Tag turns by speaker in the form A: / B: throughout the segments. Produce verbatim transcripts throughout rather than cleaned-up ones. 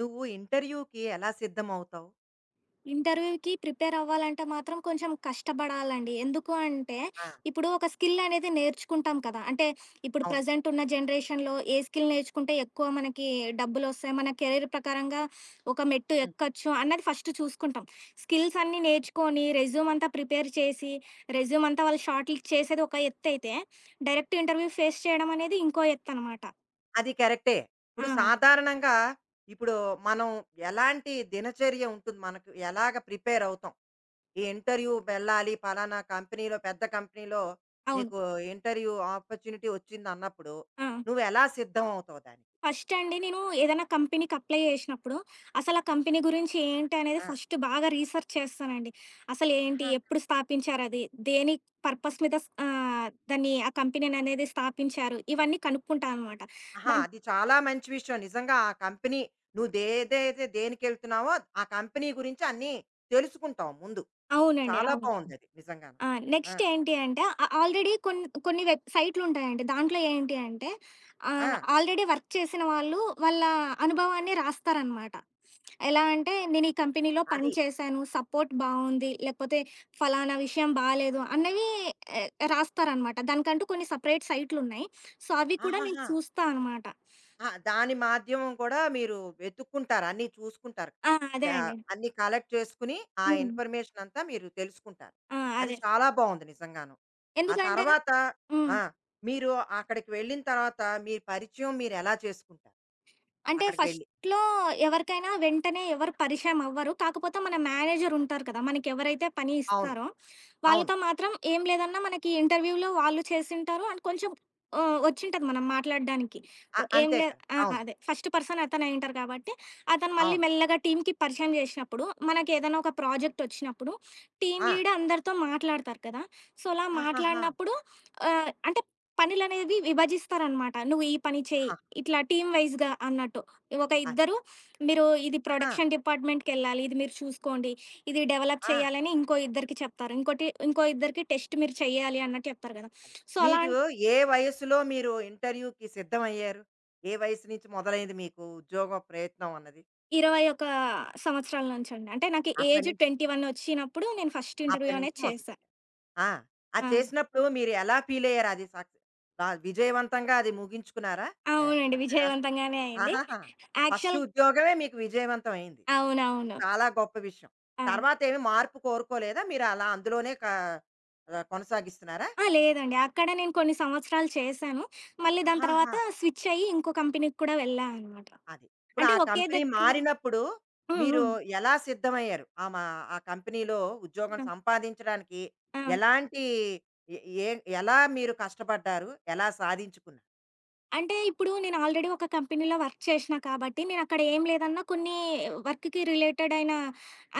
A: నువ్వు ఇంటర్వ్యూకి ఎలా సిద్ధమవుతావు?
B: ఇంటర్వ్యూకి ప్రిపేర్ అవ్వాలంటే మాత్రం కొంచెం కష్టపడాలండి. ఎందుకు అంటే,
A: ఆ!
B: ఇప్పుడు ఒక స్కిల్ అనేది నేర్చుకుంటాం కదా! అంటే ఇప్పుడు
A: అవును.
B: ప్రెజెంట్ ఉన్న జనరేషన్‌లో ఏ స్కిల్ నేర్చుకుంటే ఎక్కువ మనకి డబ్బులొస్తాయి, మన కెరీర్ ప్రకారంగా ఒక మెట్టు
A: హ్మ్.
B: ఎక్కొచ్చు అన్నది ఫస్ట్ చూసుకుంటాం. స్కిల్స్ అన్నీ నేర్చుకొని, రెజ్యూమ్ అంతా ప్రిపేర్ చేసి, రెజ్యూమ్ అంతా వాళ్ళు షార్ట్ లిస్ట్ చేసేది ఒక ఎత్తయితే, డైరెక్ట్ ఇంటర్వ్యూ ఫేస్ చేయడం అనేది ఇంకో ఎత్తనమాట.
A: అది కరెక్టే.
B: ఆ!
A: ఇప్పుడు సాధారణంగా ఇప్పుడు మనం ఎలాంటి దినచర్య ఉంటుంది మనకు? ఎలాగ ప్రిపేర్ అవుతాం? ఈ ఇంటర్వ్యూ వెళ్ళాలి పలానా కంపెనీలో పెద్ద కంపెనీలో
B: అవును.
A: నీకు ఇంటర్వ్యూ ఆపర్చునిటీ వచ్చిందన్నప్పుడు
B: ఆ!
A: నువ్వు ఎలా సిద్ధం అవుతావు దానికి?
B: ఫస్ట్ అండి నేను ఏదైనా కంపెనీకి అప్లై చేసినప్పుడు, అసల ఆ కంపెనీ గురించి ఏంటి అనేది
A: ఆ!
B: ఫస్ట్ బాగా రీసెర్చ్ చేస్తానండి. అసలేంటి?
A: ఆహా!
B: ఎప్పుడు స్థాపించారది? దేని పర్పస్ మీద స్ ఆహ్, దాన్ని ఆ కంపెనీననేది స్థాపించారు? ఇవన్నీ కనుక్కుంటా అనమాట.
A: ఆహా!
B: దాన్
A: అది చాలా మంచి విషయం. నిజంగా ఆ కంపెనీ నువ్వు ఏదైతే దేనికెళ్తున్నావో ఆ కంపెనీ గురించి అన్నీ తెలుసుకుంటావు ముందు.
B: అవునండి.
A: చాలా
B: అవును.
A: బావుందది నిజంగాను.
B: ఆ!
A: ఆ!
B: నెక్స్ట్ ఏంటి అంటే ఆహ్, ఆల్రెడీ కొన్ కొన్ని వెబ్ సైట్‌లుంటాయండి. దాంట్లో ఏంటి అంటే
A: ఆ!
B: ఆహ్, ఆల్రెడీ వర్క్ చేసిన వాళ్ళు వాళ్ళ అనుభవాన్ని రాస్తారనమాట. ఎలా అంటే నేను ఈ కంపెనీలో పని
A: అది.
B: చేశాను, సపోర్ట్ బావుంది, లేకపోతే ఫలానా విషయం బాలేదు అన్నవి ఆహ్, రాస్తారనమాట. దానికంటూ కొన్ని సెపరేట్ సైట్‌లున్నాయి. సో, అవి కూడా నేను
A: ఆహాహా!
B: చూస్తా అనమాట.
A: ఆ! దాని మాధ్యమం కూడా మీరు వెతుక్కుంటారు. అన్నీ చూసుకుంటారు.
B: ఆ! అదే
A: గా
B: అండి.
A: అన్నీ కలెక్ట్ చేసుకొని, ఆ
B: హ్మ్.
A: ఇన్ఫర్మేషన్ అంతా మీరు తెలుసుకుంటారు.
B: ఆ!
A: అది
B: అదే.
A: చాలా బావుంది నిజంగాను. ఆ
B: ఎందుకంటే
A: తర్వాత
B: హ్మ్.
A: ఆ! మీరు అక్కడికి వెళ్ళిన తర్వాత మీ పరిచయం మీరెలా చేసుకుంటారు?
B: అంటే
A: అక్కడికి వెళ్లి.
B: ఫస్ట్‌లో ఎవరికైనా వెంటనే ఎవరు పరిచయం అవ్వరు. కాకపోతే మన మేనేజర్ ఉంటారు కదా! మనకెవరైతే పని
A: అవును.
B: ఇస్తారో
A: అవును.
B: వాళ్ళతో మాత్రం ఏం లేదన్నా మనకి ఇంటర్వ్యూలో వాళ్ళు చేసుంటారు. అండ్ కొంచెం ఆహ్, వచ్చుంటది మనం మాట్లాడడానికి.
A: అ
B: సో ఏం
A: అంతే
B: లేదు
A: కదా!
B: ఆ!
A: అవును.
B: అదే ఫస్ట్ పర్సన్ అతనే అయ్యుంటారు కాబట్టి, అతను మళ్ళీ
A: అవును.
B: మెల్లగా టీమ్‌కి పరిచయం చేసినప్పుడు, మనకేదైనా ఒక ప్రాజెక్ట్ వచ్చినప్పుడు టీమ్
A: ఆ!
B: లీడ్ అందరితో మాట్లాడతారు కదా! సో, అలా
A: ఆహాహా!
B: మాట్లాడినప్పుడు ఆహ్, అంటే పనులనేవి విభజిస్తారనమాట. నువ్వు ఈ పని చేయి.
A: ఆ!
B: ఇట్లా టీమ్ వైస్‌గా అన్నట్టు. ఒక
A: అది.
B: ఇద్దరు మీరు ఇది
A: ఆహా!
B: ప్రొడక్షన్ డిపార్ట్‌మెంట్‌కెళ్ళాలి. ఇది మీరు చూసుకోండి. ఇది డెవలప్
A: ఆ!
B: చేయాలని ఇంకో ఇద్దరికి చెప్తారు. ఇంకోటి ఇంకో ఇద్దరికి టెస్ట్ మీరు చేయాలి అన్నట్టు చెప్తారు కదా!
A: అది.
B: సో, అలా
A: మీరు ఏ వయస్సులో మీరు ఇంటర్వ్యూకి సిద్ధమయ్యారు? ఏ వయస్సు నుంచి మొదలైంది మీకు ఉద్యోగ ప్రయత్నం అన్నది?
B: ఇరవై ఒక్క సంవత్సరాల నుంచండి. అంటే నాకు
A: అప్పటి
B: ఏజ్
A: నుంచి
B: ఇరవై ఒకటి వచ్చినప్పుడు నేను ఫస్ట్ ఇంటర్వ్యూ
A: అప్పటి నుంచి
B: అనేది చేశా.
A: మొదలుపెట్టారు. ఆ! అది
B: ఆ!
A: చేసినప్పుడు మీరు ఎలా ఫీల్ అయ్యారు? అది సక్ బా విజయవంతంగా అది ముగించుకున్నారా? ఆహ్,
B: అవునండి.
A: చక్కగాను.
B: విజయవంతంగానే అయింది.
A: ఆహాహా! ఫస్ట్
B: యాక్చువల్
A: ఉద్యోగమే మీకు విజయవంతం అయింది. అది
B: అవునవును.
A: చాలా గొప్ప విషయం.
B: ఆ!
A: తర్వాతేమి మార్పు కోరుకోలేదా? మీరు అలా అందులోనే క ఆహ్, కొనసాగిస్తున్నారా?
B: ఆ! లేదండి. అక్కడ నేను కొన్ని సంవత్సరాలు చేశాను. మళ్ళీ దాని
A: ఆహాహా!
B: తర్వాత స్విచ్ అయ్యి ఇంకో కంపెనీకి కూడా వెళ్ళా అనమాట.
A: అది. ఇప్పుడు
B: అంటే
A: ఆ
B: ఒకే
A: కంపెనీ
B: దగ్గర
A: మారినప్పుడు
B: హ్మ్.
A: మీరు
B: హ్మ్.
A: ఎలా సిద్ధమయ్యారు? ఆ మా ఆ కంపెనీలో ఉద్యోగం
B: హ్మ్.
A: సంపాదించడానికి
B: ఆ!
A: ఎలాంటి ఎ ఏ ఎలా మీరు కష్టపడ్డారు? ఎలా సాధించుకున్నారు?
B: అంటే ఇప్పుడు నేను ఆల్రెడీ ఒక కంపెనీలో వర్క్ చేసినా కాబట్టి, నేనక్కడ ఏం లేదన్నా కొన్ని వర్క్‌కి రిలేటెడ్ అయిన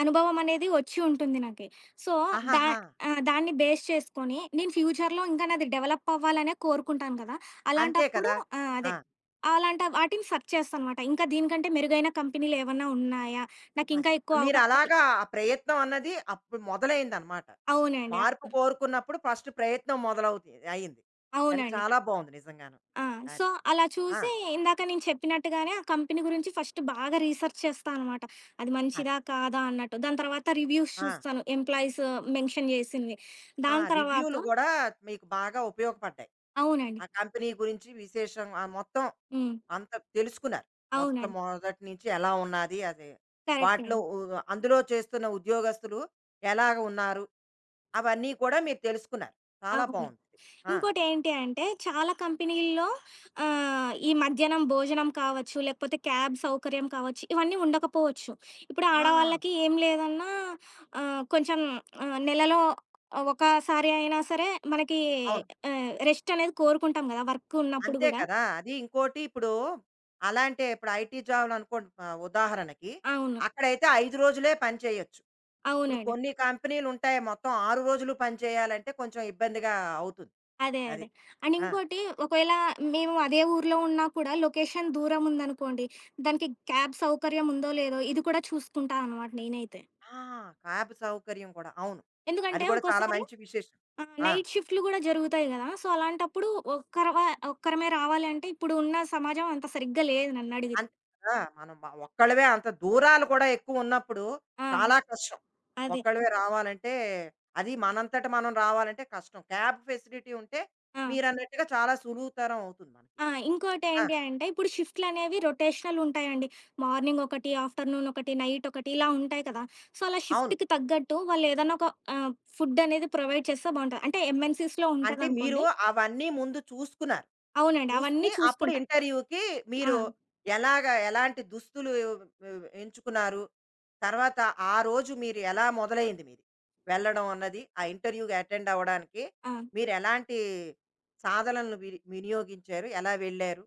B: అనుభవం అనేది వచ్చి ఉంటుంది నాకి. సో, దా
A: ఆహాహా!
B: ఆ! దాన్ని బేస్ చేసుకొని నేను ఫ్యూచర్‌లో ఇంకా నాది డెవలప్ అవ్వాలనే కోరుకుంటాను కదా!
A: అంతే
B: అలాంటప్పుడు
A: కదా!
B: ఆ!
A: ఆ!
B: అదే. అలాంటి వాటిని సెర్చ్ చేస్తానన్నమాట. ఇంకా దీనికంటే మెరుగైన కంపెనీలేవన్నా ఉన్నాయా? నాకింకా
A: అది.
B: ఎక్కువ
A: మీరు
B: అవకాశాలు
A: అలాగా ఆ ప్రయత్నం అన్నది అప్పుడు మొదలైందనమాట.
B: అవునండి.
A: మార్పు కోరుకున్నప్పుడు ఫస్ట్ ప్రయత్నం మొదలవుతుంది అయింది. అది
B: అవునండి.
A: చాలా బావుంది నిజంగాను.
B: ఆ! సో,
A: అది.
B: అలా
A: ఆ!
B: చూసి ఇందాక నేను చెప్పినట్టుగానే ఆ కంపెనీ గురించి ఫస్ట్ బాగా రీసెర్చ్ చేస్తా అనమాట. అది
A: అది.
B: మంచిదా? కాదా? అన్నట్టు. దాని తర్వాత రివ్యూస్
A: ఆ!
B: చూస్తాను. ఎంప్లాయీస్ మెన్షన్ చేసింది.
A: ఆ!
B: దాని తర్వాత
A: రివ్యూలు గూడా మీకు బాగా ఉపయోగపడ్డాయి.
B: అవునండి.
A: ఆ కంపెనీ గురించి విశేషం ఆహ్, మొత్తం
B: హ్మ్.
A: అంత తెలుసుకున్నారు. మొత్తం
B: అవునండి.
A: మొదటి నుంచి ఎలా ఉన్నాది అది.
B: కరెక్టే
A: వాటిలో
B: అండి.
A: ఉ అందులో చేస్తున్న ఉద్యోగస్తులు ఎలాగ ఉన్నారు? అవన్నీ కూడా మీరు తెలుసుకున్నారు. చాలా
B: అవును.
A: బావుంది. ఆ!
B: ఇంకోటేంటి అంటే, చాలా కంపెనీల్లో ఆహ్, ఈ మధ్యాహ్నం భోజనం కావచ్చు, లేకపోతే క్యాబ్ సౌకర్యం కావచ్చు, ఇవన్నీ ఉండకపోవచ్చు. ఇప్పుడు
A: ఆ!
B: ఆడవాళ్ళకి ఏం లేదన్నా ఆహ్, కొంచెం ఆహ్, నెలలో ఒకసారి అయినా సరే మనకి
A: అవును.
B: ఆహ్, రెస్ట్ అనేది కోరుకుంటాం గదా! వర్క్ ఉన్నప్పుడు
A: అంతే
B: గూడా.
A: కదా! అది ఇంకోటి ఇప్పుడు అలాంటే ఇప్పుడు ఐటీ జాబ్‌లు అనుకోండి ఆహ్, ఉదాహరణకి
B: అవును.
A: అక్కడైతే ఐదు రోజులే పని చేయొచ్చు. ఇప్పుడు
B: అవునండి.
A: కొన్ని కంపెనీలుంటాయి. మొత్తం ఆరు రోజులు పని చేయాలంటే కొంచెం ఇబ్బందిగా అవుతుంది.
B: అదే.
A: అది.
B: అదే. అండ్
A: ఆ!
B: ఇంకోటి ఒకవేళ మేము అదే ఊర్లో ఉన్నా కూడా లొకేషన్ దూరం ఉందనుకోండి, దానికి క్యాబ్ సౌకర్యం ఉందో లేదో ఇది కూడా చూసుకుంటా అనమాట నేనైతే.
A: ఆ! క్యాబ్ సౌకర్యం కూడా. అవును. అది
B: ఎందుకంటే
A: కూడా చాలా
B: ఒక్కోసారి
A: మంచి విశేషం.
B: ఆ!
A: ఆ!
B: నైట్ షిఫ్ట్‌లు గూడా జరుగుతాయి గదా! సో, అలాంటప్పుడు ఒక్కరవ ఒక్కరమే రావాలి అంటే, ఇప్పుడు ఉన్న సమాజం అంత సరిగ్గా లేదు నన్నడిగితే.
A: అంతే కదా! మనం మ ఒక్కళ్ళవే అంత దూరాలు కూడా ఎక్కువున్నప్పుడు
B: ఆ!
A: చాలా కష్టం.
B: అదే.
A: ఒక్కళ్ళవే రావాలంటే అది మనంతట మనం రావాలంటే కష్టం. క్యాబ్ ఫెసిలిటీ ఉంటే
B: ఆ!
A: మీరన్నట్టుగా చాలా సులువుతరం అవుతుంది మనకి.
B: ఆ!
A: ఆ!
B: ఇంకోటేంటి అంటే, ఇప్పుడు షిఫ్ట్‌లనేవి రొటేషనలుంటాయండి. మార్నింగ్ ఒకటి, ఆఫ్టర్‌నూన్ ఒకటి, నైట్ ఒకటి ఇలా ఉంటాయి కదా! సో, అలా
A: అవును.
B: షిఫ్ట్‌కి తగ్గట్టు వాళ్ళేదన్నా ఒక ఆహ్, ఫుడ్డనేది ప్రొవైడ్ చేస్తే బావుంటది. అంటే ఎంఎన్‌సీస్‌లో
A: అంటే మీరు
B: ఉంటదనుకోండి
A: అవన్నీ ముందు చూసుకున్నారు.
B: అవునండి. అవన్నీ
A: చూసుకుని అప్పుడు
B: చూసుకుంటా.
A: ఇంటర్వ్యూకి
B: ఆ!
A: మీరు ఎలాగా ఎలాంటి దుస్తులు ఆ, ఎంచుకున్నారు? తర్వాత ఆ రోజు మీరు ఎలా మొదలైంది మీది? వెళ్ళడం అన్నది, ఆ ఇంటర్వ్యూకి అటెండ్ అవ్వడానికి
B: ఆ!
A: మీరెలాంటి సాధనలను విని వినియోగించారు? ఎలా వెళ్ళారు?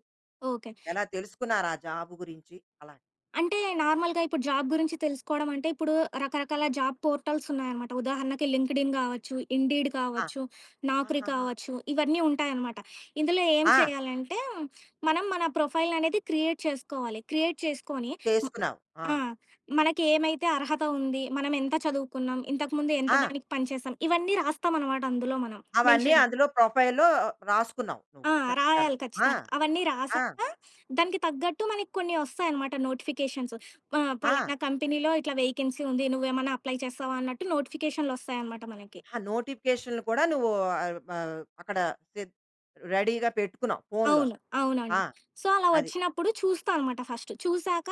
B: ఓకే.
A: ఎలా తెలుసుకున్నారు ఆ జాబ్ గురించి? అలాగా.
B: అంటే నార్మల్‌గా ఇప్పుడు జాబ్ గురించి తెలుసుకోవడం అంటే, ఇప్పుడు రకరకాల జాబ్ పోర్టల్స్ ఉన్నాయన్నమాట. ఉదాహరణకి లింక్డ్ఇన్ కావచ్చు, ఇండీడ్
A: ఆ!
B: కావచ్చు, నాక్రీ
A: ఆహాహా!
B: కావచ్చు, ఇవన్నీ ఉంటాయన్నమాట. ఇందులో ఏం
A: ఆ!
B: చేయాలంటే, మనం మన ప్రొఫైల్ అనేది క్రియేట్ చేసుకోవాలి. క్రియేట్ చేసుకొని మ
A: చేసుకున్నావు. ఆ!
B: ఆ! మనకి ఏమైతే అర్హత ఉంది, మనం ఎంత చదువుకున్నాం, ఇంతకుముందు ఎంత
A: ఆ!
B: దానికి పనిచేసాం, ఇవన్నీ రాస్తామన్నమాట అందులో మనం
A: అవన్నీ
B: మెన్షన్
A: అందులో ప్రొఫైల్‌లో రాసుకున్నావు నువ్వు
B: ఆ!
A: చక్కగాను.
B: రాయాలి
A: ఆ!
B: ఖచ్చితంగా. అవన్నీ
A: ఆ!
B: రాసాక దానికి తగ్గట్టు మనకి కొన్ని ఒస్తాయన్నమాట నోటిఫికేషన్స్. ఆహ్,
A: ఆ!
B: పలానా కంపెనీలో ఇట్లా వేకెన్సీ ఉంది. నువ్వేమన్నా అప్లై చేస్తావా అన్నట్టు నోటిఫికేషన్‌లొస్తాయన్నమాట మనకి.
A: ఆ నోటిఫికేషన్‌లు కూడా నువ్వు ఆహ్, ఆహ్, అక్కడ సిద్ రెడీగా పెట్టుకున్నావు ఫోన్‌లోని.
B: అవును.
A: ఆ!
B: అవునండి. సో, అలా
A: అది.
B: వచ్చినప్పుడు చూస్తా అనమాట ఫస్ట్. చూసాక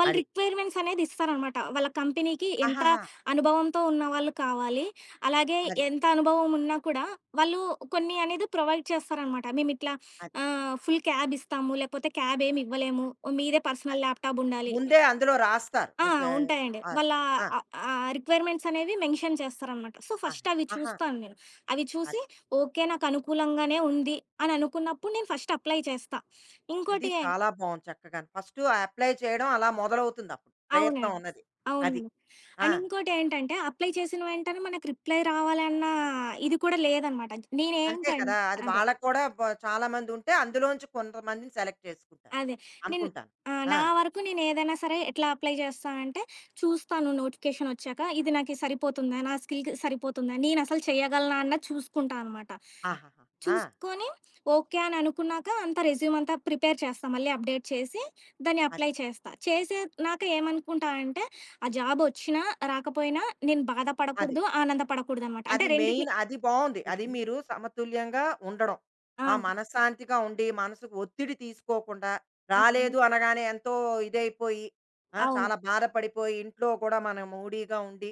B: వాళ్ళ
A: అది.
B: రిక్వైర్‌మెంట్స్ అనేది ఇస్తారనమాట. వాళ్ళ కంపెనీకి ఎంత
A: ఆహాహా!
B: అనుభవంతో ఉన్నవాళ్ళు కావాలి, అలాగే
A: అది.
B: ఎంత అనుభవం ఉన్నా కూడా వాళ్ళు కొన్ని అనేది ప్రొవైడ్ చేస్తారనమాట. మేమిట్లా
A: అది.
B: ఆహ్, ఫుల్ క్యాబ్ ఇస్తాము, లేకపోతే క్యాబ్ ఏమి ఇవ్వలేము. మీదే
A: అది.
B: పర్సనల్ ల్యాప్‌టాప్ ఉండాలి.
A: ముందే అందులో రాస్తారు.
B: ఆ!
A: వాళ్ళు చే
B: ఉంటాయండి.
A: అది.
B: వాళ్ళ
A: ఆ!
B: ఆహ్, ఆహ్, రిక్వైర్‌మెంట్స్ అనేవి మెన్షన్ చేస్తారనమాట. సో,
A: అదే.
B: ఫస్ట్ అవి
A: ఆహా!
B: చూస్తాను నేను. అవి చూసి
A: అది.
B: ఓకే. నాకు అనుకూలంగానే ఉంది అని అనుకున్నప్పుడు నేను ఫస్ట్ అప్లై చేస్తా.
A: అది
B: ఇంకోటి
A: చాలా బావుంది చక్కగాను. ఫస్టు ఆ అప్లై చేయడం అలా మొదలవుతుందప్పుడు. ప్రయత్నం
B: అవునండి.
A: అన్నది. అది.
B: అవునండి.
A: ఆ!
B: అండ్ ఇంకోటేంటంటే అప్లై చేసిన వెంటనే మనకు రిప్లై రావాలన్న ఇది కూడా లేదనమాట. నేనేం
A: అంతే
B: కన్
A: కదా! అది
B: అదే.
A: వాళ్ళకి కూడా బ చాలామందుంటే అందులోంచి కొంతమందిని సెలెక్ట్ చేసుకుంటారు.
B: అదే. నేను
A: అనుకుంటాను.
B: ఆహ్,
A: ఆ!
B: నా వరకు నేనేదైనా సరే ఎట్లా అప్లై చేస్తా అంటే, చూస్తాను నోటిఫికేషనొచ్చాక ఇది నాకు సరిపోతుందా? నా స్కిల్‌కి సరిపోతుందా? నేనసలు చేయగలనా? అన్నది చూసుకుంటా అనమాట.
A: ఆహాహా! ఆ!
B: చూసుకొని ఓకే అని అనుకున్నాక అంతా రెజ్యూమ్ అంతా ప్రిపేర్ చేస్తా. మళ్ళీ అప్డేట్ చేసి దాన్ని
A: అది.
B: అప్లై చేస్తా. చేసేనాక ఏమనుకుంటా అంటే, ఆ జాబొచ్చినా, రాకపోయినా నేను
A: అది.
B: బాధపడకూడదు, ఆనందపడకూడదనమాట. అంటే
A: అది మెయిన్
B: రెండిటిని
A: అది బావుంది. అది మీరు సమతుల్యంగా ఉండడం.
B: ఆ!
A: ఆ! మనశ్శాంతిగా ఉండి, మనసుకు ఒత్తిడి తీసుకోకుండా,
B: ఆ, అవును.
A: రాలేదు అనగానే ఎంతో ఇదైపోయి, ఆ!
B: అవును.
A: చాలా బాధపడిపోయి, ఇంట్లో కూడా మనం మూడీగా ఉండి,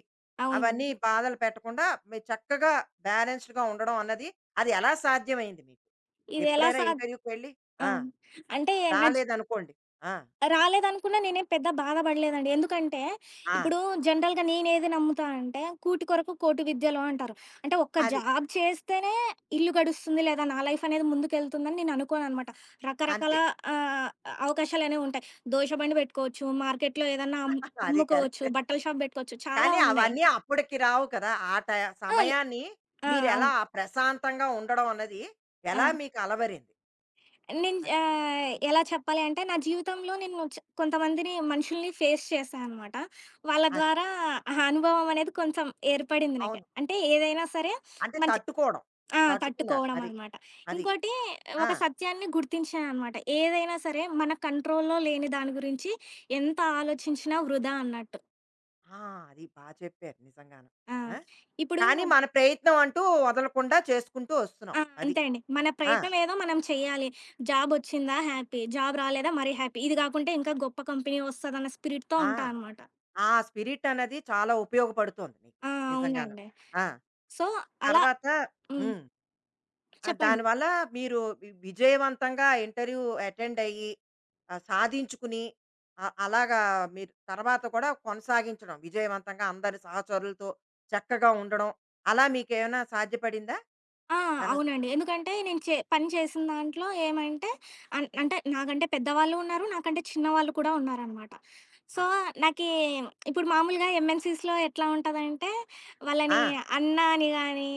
A: అవన్నీ
B: అవునండి.
A: బాధలు పెట్టకుండా మీరు చక్కగా బ్యాలెన్స్డ్‌గా ఉండడం అన్నది, అది ఎలా సాధ్యమైంది మీకు?
B: ఇదెలా
A: ఎప్పుడైనా
B: సాద్
A: ఇంటర్వ్యూకి వెళ్లి
B: ఆ!
A: ఆ!
B: అంటే నా జీ
A: రాలేదనుకోండి. ఆ!
B: రాలేదనుకున్నా నేనేం పెద్ద బాధపడలేదండి. ఎందుకంటే,
A: ఆ!
B: ఇప్పుడు జనరల్‌గా నేనేది నమ్ముతా అంటే, "కూటి కొరకు కోటి విద్యలు" అంటారు. అంటే ఒక్క
A: అది.
B: జాబ్ చేస్తేనే ఇల్లు గడుస్తుంది, లేదా నా లైఫ్ అనేది ముందుకెళ్తుందని నేను అనుకోననమాట. రకరకాల
A: అంతే.
B: ఆహ్, అవకాశాలనేవి ఉంటాయి. దోస బండి పెట్టుకోవచ్చు, మార్కెట్‌లో ఏదన్నా అమ్
A: అది
B: అమ్ముకోవచ్చు,
A: కరెక్ట్.
B: బట్టల షాప్ పెట్టుకోవచ్చు, చాలా
A: కానీ
B: ఉన్నాయి.
A: అవన్నీ అప్పటికి రావు కదా! ఆ ట
B: ఆ! లే
A: సమయాన్ని
B: ఆ!
A: మీరెలా
B: అవును.
A: ప్రశాంతంగా ఉండడం అన్నది
B: ఆ!
A: ఎలా మీకు అలవరింది?
B: నేను
A: అది.
B: ఆహ్, ఎలా చెప్పాలి అంటే, నా జీవితంలో నేను చ కొంతమందిని మనుషుల్ని ఫేస్ చేశా అనమాట. వాళ్ళ
A: అది.
B: ద్వారా ఆ అనుభవం అనేది కొంచెం ఏర్పడింది నాకు.
A: అవును.
B: అంటే
A: అది.
B: ఏదైనా సరే
A: అంటే
B: మంచి
A: తట్టుకోవడం.
B: ఆ!
A: తట్టుకున్నారు.
B: తట్టుకోవడం
A: అది.
B: అనమాట.
A: అది.
B: ఇంకోటి
A: ఆ!
B: ఒక సత్యాన్ని గుర్తించాను అనమాట. ఏదైనా సరే మన కంట్రోల్‌లో లేని దాని గురించి ఎంత ఆలోచించినా వృధా అన్నట్టు.
A: ఆ! అది బా చెప్పారు నిజంగాను.
B: ఆ!
A: ఆ!
B: ఇప్పుడు
A: కానీ మన ప్రయత్నం అంటూ వదలకుండా చేసుకుంటూ వస్తున్నాం.
B: ఆ!
A: అది.
B: అంతే అండి. మన
A: ఆ!
B: ప్రయత్నం ఏదో మనం చెయ్యాలి. జాబొచ్చిందా హ్యాపీ. జాబ్ రాలేదా మరీ హ్యాపీ. ఇది గాకుంటే ఇంకా గొప్ప కంపెనీ వస్తదన్న స్పిరిట్‌తో
A: ఆ!
B: ఉంటా అనమాట.
A: ఆ స్పిరిట్ అన్నది చాలా ఉపయోగపడుతోంది మీకు.
B: ఆ!
A: నిజంగాను.
B: అవునండి.
A: ఆ!
B: సో, అలా
A: తర్వాత
B: హ్మ్.
A: హ్మ్. ఆ!
B: చెప్పండి.
A: దానివల్ల మీరు వి విజయవంతంగా ఇంటర్వ్యూ అటెండ్ అయ్యి, ఆహ్, సాధించుకుని ఆహ్, అలాగా మీరు తర్వాత కూడా కొనసాగించడం విజయవంతంగా అందరి సహచరులతో చక్కగా ఉండడం, అలా మీకేమైనా సాధ్యపడిందా?
B: ఆ!
A: ఏమైనా స
B: అవునండి. ఎందుకంటే నేను చే పని చేసిన దాంట్లో ఏమంటే అన్ అంటే నాకంటే పెద్దవాళ్ళు ఉన్నారు. నాకంటే చిన్నవాళ్ళు కూడా ఉన్నారనమాట. సో,
A: ఆహా!
B: నాకీ ఇప్పుడు మామూలుగా ఎంఎన్‌సీస్‌లో ఎట్లా ఉంటదంటే వాళ్ళని
A: ఆ!
B: అన్న అని గాని,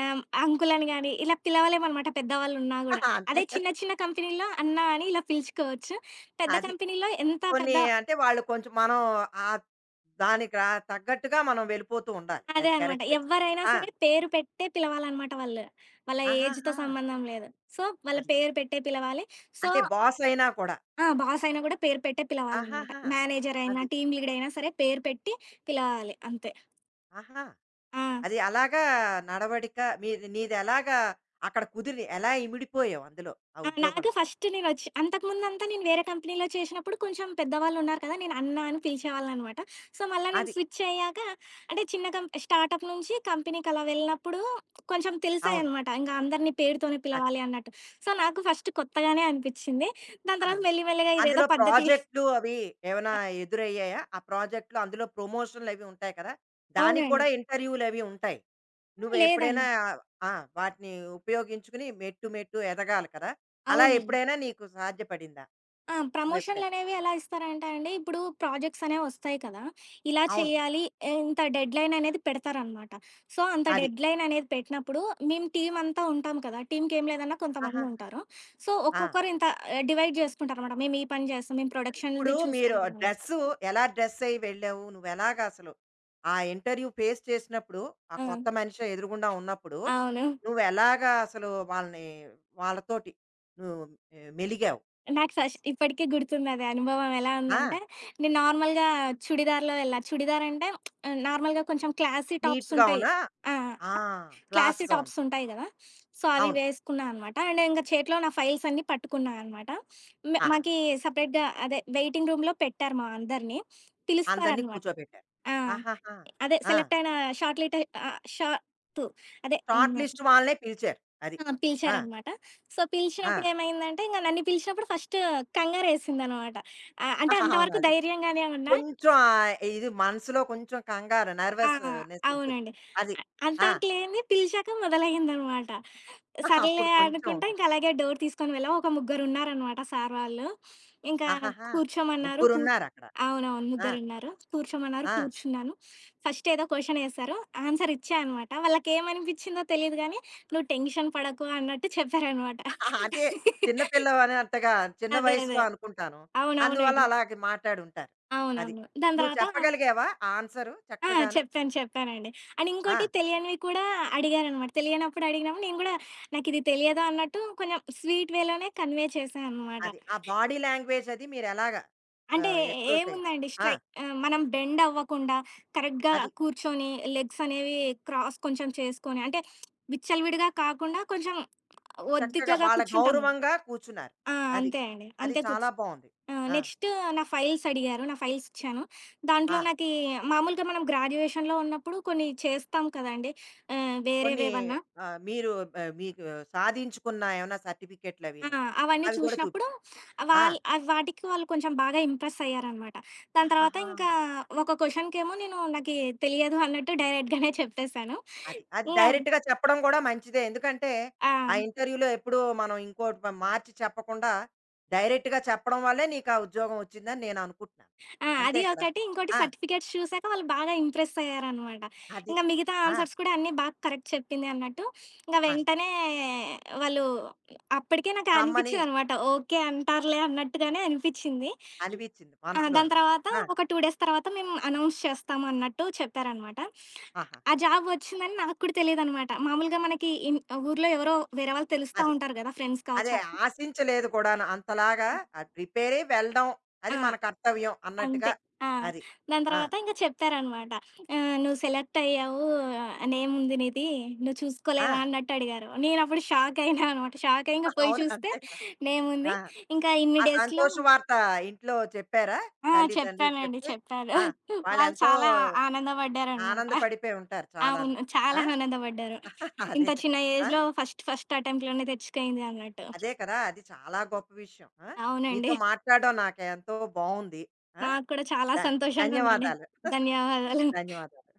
B: ఆహ్, అంకుల్ అని గాని ఇలా పిలవలేమనమాట పెద్దవాళ్ళున్నా గూడా.
A: అంతే
B: అదే
A: కదా!
B: చిన్న చిన్న కంపెనీలో అన్న అని ఇలా పిలుచుకోవచ్చు. పెద్ద
A: అది.
B: కంపెనీలో ఎంత
A: కొన్ని
B: పెద్ద
A: అంటే వాళ్ళు కొంచెం మనం ఆహ్, దానికి రా తగ్గట్టుగా మనం వెళ్ళిపోతూ ఉండాలి.
B: అదే
A: అది
B: అనమాట.
A: కరెక్టే.
B: ఎవ్వరైనా
A: ఆ!
B: సరే పేరు పెట్టే పిలవాలనమాట వాళ్ళు. వాళ్ళ ఏజ్‌తో
A: ఆహాహా!
B: సంబంధం లేదు. సో, వాళ్ళ
A: అది.
B: పేరు పెట్టే పిలవాలి. సో
A: అంటే బాస్ అయినా కూడా.
B: ఆ! బాస్ అయినా గూడా పేరు పెట్టే పిలవాలనమాట.
A: ఆహాహా!
B: మేనేజర్ అయినా,
A: అది.
B: టీమ్ లీడ్ అయినా సరే పేరు పెట్టి పిలవాలి అంతే.
A: ఆహా!
B: ఆ!
A: అది అలాగా నడవడిక మీది నీదెలాగా అక్కడ కుదిరి ఎలా ఇమిడిపోయావు అందులో ఆ
B: ఆ! నాకు
A: ఉద్యోగంలో?
B: ఫస్ట్ నేనొచ్చి అంతకుముందంతా నేను వేరే కంపెనీలో చేసినప్పుడు కొంచెం పెద్దవాళ్ళున్నారు కదా! నేను అన్న అని పిలిచేవాళ్ళనమాట. సో, మళ్ళా నేను
A: అది.
B: స్విచ్ అయ్యాక అంటే చిన్న కం స్టార్టప్ నుంచి కంపెనీకి అలా వెళ్ళినప్పుడు కొంచెం
A: అవును.
B: తెలిసాయనమాట. ఇంక అందరిని పేరుతోనే
A: అది.
B: పిలవాలి అన్నట్టు. సో, నాకు ఫస్ట్ కొత్తగానే అనిపిచ్చింది. దాని తర్వాత
A: అది.
B: మెల్లి మెల్లిగా
A: అందులో
B: ఇదేదో పద్ధతి
A: ప్రాజెక్ట్‌లు అవి ఏమైనా ఎదురయ్యాయా? ఆ ప్రాజెక్ట్‌లో అందులో ప్రమోషన్‌లవి ఉంటాయి కదా! దానికి కూడా
B: అవునండి.
A: ఇంటర్వ్యూలవి ఉంటాయి. నువ్వు ఎప్పుడైనా
B: లేదండి.
A: ఆ! వాటిని ఉపయోగించుకుని మెట్టు మెట్టు ఎదగాలి కదా! అలా
B: అవునండి.
A: ఎప్పుడైనా నీకు సాధ్యపడిందా?
B: ఆ!
A: నువ్వెప్పుడైనా?
B: ప్రమోషన్‌లనేవి ఎలా ఇస్తారంటే అండి, ఇప్పుడు ప్రాజెక్ట్స్ అనేవొస్తాయి కదా! ఇలా
A: అవును.
B: చేయాలి, ఇంత డెడ్‌లైన్ అనేది పెడతారనమాట. సో, అంత
A: అది.
B: డెడ్‌లైన్ అనేది పెట్టినప్పుడు, మేము టీమంతా ఉంటాం కదా! టీమ్‌కేం లేదన్నా
A: ఆహాహా!
B: కొంతమందుంటారు. సో,
A: ఆ!
B: ఒక్కొక్కరు ఇంత ఆహ్, డివైడ్ చేసుకుంటారనమాట. మేము ఈ పని చేస్తాం, మేము
A: అది. ఇప్పుడు
B: ప్రొడక్షన్‌ది
A: మీరు
B: చూసుకుంటాం అన్నట్టు.
A: డ్రెస్సు ఎలా డ్రెస్ అయ్యి వెళ్ళావు? నువ్వెలాగా అసలు ఆ ఇంటర్వ్యూ ఫేస్ చేసినప్పుడు, ఆ
B: ఆ!
A: కొత్త మనిషి ఎదురుగుండా ఉన్నప్పుడు,
B: అవును.
A: నువ్వెలాగా అసలు వాళ్ళని వాళ్ళతోటి నువ్వు ఆహ్, మెలిగావు?
B: నాకు
A: అస
B: ఫస్ట్ ఇప్పటికి గుర్తుందది అనుభవం. ఎలా
A: ఆ!
B: ఉందంటే, నేను నార్మల్‌గా చుడిదార్‌లో వెళ్ళా. చుడిదార్ అంటే నార్మల్‌గా కొంచెం క్లాసీ
A: నీట్‌గా
B: టాప్సుంటాయి.
A: ఉన్నా
B: ఆ!
A: ఆ!
B: క్లాసీ
A: క్లాస్‌గా ఉన్నా.
B: టాప్స్ ఉంటాయి గదా! సో, అవి
A: అవును.
B: వేసుకున్నా అనమాట. అండ్ ఇంక చేతిలో నా ఫైల్స్ అన్నీ పట్టుకున్నా అనమాట. మే
A: ఆహా!
B: మాకి సెపరేట్‌గా అదే వెయిటింగ్ రూమ్‌లో పెట్టారు మా అందరిని.
A: అందరిని
B: పిలుస్తారనమాట.
A: కూర్చోబెట్టారు.
B: ఆ!
A: ఆహాహా!
B: అదే
A: ఆ!
B: సెలెక్ట్ అయిన షార్ట్ లిట ఆహ్, షార్ట్ అదే
A: షార్ట్
B: హ్మ్.
A: లిస్ట్ వాళ్ళనే పిలిచారు. అది.
B: ఆ!
A: ఆ!
B: పిలిచారనమాట. సో,
A: ఆ!
B: పిలిచినప్పుడు ఏమైందంటే ఇంక నన్ను పిలిచినప్పుడు ఫస్ట్ కంగారేసిందనమాట. ఆహ్, అంటే
A: అవును.
B: అంతవరకు
A: అదే.
B: ధైర్యంగానే ఉన్నా.
A: కొంచెం ఆహ్, ఇది మనసులో కొంచెం కంగారు
B: ఆ!
A: నెర్వస్‌నెస్ ఉంటుంది.
B: అవునండి.
A: అది.
B: అ
A: ఆ!
B: అంతవరకు లేనిది పిలిచాక మొదలయ్యిందనమాట. సర్లే
A: అప్పుడు కొంచెం
B: అనుకుంటా
A: ఉంటుంది.
B: ఇంక అలాగే డోర్ తీసుకొని వెళ్ళాం. ఒక ముగ్గురున్నారనమాట సార్ వాళ్ళు. ఇంకా
A: ఆహాహా!
B: కూర్చోమన్నారు. కూ
A: ముగ్గురున్నారక్కడ.
B: అవునవును.
A: ఆ!
B: ముగ్గురున్నారు. కూర్చోమన్నారు.
A: ఆ!
B: కూర్చున్నాను. ఫస్ట్ ఏదో క్వెషన్ ఏశారు. ఆన్సర్ ఇచ్చా అనమాట. వాళ్ళకేమనిపిచ్చిందో తెలీదు గానీ, "నువ్వు టెన్షన్ పడకు" అన్నట్టు చెప్పారనమాట.
A: అదే చిన్న పిల్లవనేంతగా చిన్న
B: అదే.
A: వయసులో
B: అదే.
A: అనుకుంటాను. అందువల్ల
B: అవునవునండి.
A: అలాగే మాట్లాడుంటారు. అది.
B: అవునవును. దాని
A: నువ్వు
B: తర్వాత
A: చెప్పగలిగావా ఆన్సరు
B: ఆ!
A: చక్కగాను?
B: చెప్పాను. చెప్పానండి. అండ్ ఇంకోటి
A: ఆ!
B: తెలియనివి కూడా అడిగారనమాట. తెలియనప్పుడు అడిగినప్పుడు నేను గూడా నాకిది తెలియదు అన్నట్టు కొంచెం స్వీట్ వేలోనే కన్వే చేశా అనమాట.
A: అది. ఆ బాడీ లాంగ్వేజ్ అది మీరెలాగా
B: అంటే
A: ఆహ్, ఎప్రోచ్ అయ్యారు?
B: ఏముందండి
A: ఆ!
B: స్ట్రై ఆహ్, మనం బెండ్ అవ్వకుండా కరెక్ట్‌గా
A: అది.
B: కూర్చొని లెగ్స్ అనేవి క్రాస్ కొంచెం చేసుకొని అంటే విచ్చలవిడిగా కాకుండా కొంచెం
A: చక్కగా
B: ఒద్దికగా
A: వాళ్ళ
B: కూర్చుంటాము.
A: గౌరవంగా కూర్చున్నారు.
B: ఆ!
A: అది.
B: అంతే అండి.
A: అది
B: అంతే కూర్చు
A: చాలా బావుంది.
B: ఆ!
A: ఆ!
B: నెక్స్ట్ నా ఫైల్స్ అడిగారు. నా ఫైల్స్ ఇచ్చాను. దాంట్లో
A: ఆ!
B: నాకీ మామూలుగా మనం గ్రాడ్యుయేషన్‌లో ఉన్నప్పుడు కొన్ని చేస్తాం కదండీ! ఆహ్,
A: కొన్ని
B: వేరేవేవన్నా.
A: ఆహ్, మీరు ఆహ్, మీకు సాధించుకున్న ఏమైనా
B: ఆ!
A: సర్టిఫికేట్‌లవీను.
B: అవన్నీ
A: అవి కూడా
B: చూషినప్పుడు
A: చూపిస్తారు. ఆ!
B: వాళ్ అవి వాటికి వాళ్ళు కొంచెం బాగా ఇంప్రెస్ అయ్యారనమాట. దాని తర్వాత
A: ఆహాహా!
B: ఇంకా ఒక క్వెషన్‌కేమో నేను నాకీ తెలియదు అన్నట్టు డైరెక్ట్‌గానే చెప్పేశాను.
A: అది. అది
B: ఇంగ
A: డైరెక్ట్‌గా చెప్పడం కూడా మంచిదే. ఎందుకంటే,
B: ఆ!
A: ఆ ఇంటర్వ్యూలో ఎప్పుడూ మనం ఇంకోటి మ మార్చి చెప్పకుండా, డైరెక్ట్‌గా చెప్పడం వల్లే నీకా ఉద్యోగం వచ్చిందని నేననుకుంటున్నాను.
B: ఆ!
A: అంతే
B: అది
A: కదా!
B: ఒకటి. ఇంకోటి
A: ఆ!
B: సర్టిఫికేట్స్ చూసాక వాళ్ళు బాగా ఇంప్రెస్ అయ్యారనమాట.
A: అది.
B: ఇంక మిగతా
A: ఆ!
B: ఆన్సర్స్ కూడా అన్నీ బాగా కరెక్ట్ చెప్పింది అన్నట్టు. ఇంక
A: అన్
B: వెంటనే వాళ్ళు అప్పటికే నాకు
A: రమ్మని
B: అనిపిచ్చిందనమాట. ఓకే అంటారులే అన్నట్టుగానే అనిపిచ్చింది.
A: అనిపిచ్చింది
B: ఆ! దాని
A: మనసులోనే.
B: తర్వాత
A: ఆ!
B: ఒక రెండు డేస్ తర్వాత మేము అనౌన్స్ చేస్తాము అన్నట్టు చెప్పారనమాట.
A: ఆహాహా!
B: ఆ జాబ్ వచ్చిందని నాకు కూడా తెలీదనమాట. మామూలుగా మనకి ఇన్ ఊర్లో ఎవరో వేరే వాళ్ళు తెలుస్తా
A: అది.
B: ఉంటారు గదా! ఫ్రెండ్స్
A: అదే
B: కావచ్చు అట్లా.
A: ఆశించలేదు కూడాను. అంతలాగా ఆ ప్రిపేరే వెళ్ళడం. అది
B: ఆ!
A: మన కర్తవ్యం
B: అంతే.
A: అన్నట్టుగా
B: ఆ!
A: అది.
B: దాని
A: ఆ!
B: తర్వాత ఇంక చెప్పారనమాట. ఆహ్, "నువ్వు సెలెక్ట్ అయ్యావు. నేముంది నీది. నువ్వు
A: ఆ!
B: చూసుకోలేదా?" అన్నట్టు అడిగారు. నేనప్పుడు షాక్ అయినా అనమాట. షాక్ అయ్యి ఇంక పోయి
A: అవును.
B: చూస్తే
A: అంతే కదా! ఆ!
B: నేముంది. ఇంకా ఇన్ని
A: ఆ
B: డేస్‌లో
A: సంతోష వార్త ఇంట్లో చెప్పారా?
B: ఆ!
A: తల్లి, తండ్రికి
B: చెప్పానండి.
A: చెప్తే
B: చెప్పాను.
A: ఆ!
B: వాళ్ళు
A: వాళ్ళెంతో
B: చాలా ఆనందపడ్డారనమాట.
A: ఆనందపడిపోయి ఉంటారు చాలాను.
B: అవును. చాలా
A: ఆ!
B: ఆనందపడ్డారు. ఇంత
A: అదే.
B: చిన్న
A: ఆ!
B: ఏజ్‌లో ఫస్ట్ ఫస్ట్ అటెంప్ట్‌లోనే తెచ్చుకయింది అన్నట్టు.
A: అదే కదా! అది చాలా గొప్ప విషయం. ఆ! నీతో
B: అవునండి.
A: మాట్లాడడం నాకెంతో బావుంది. ఆ!
B: నాకు కూడా చాలా
A: ధన్
B: సంతోషంగా ఉందండి.
A: ధన్యవాదాలు.
B: ధన్యవాదాలు.
A: ధన్యవాదాలు.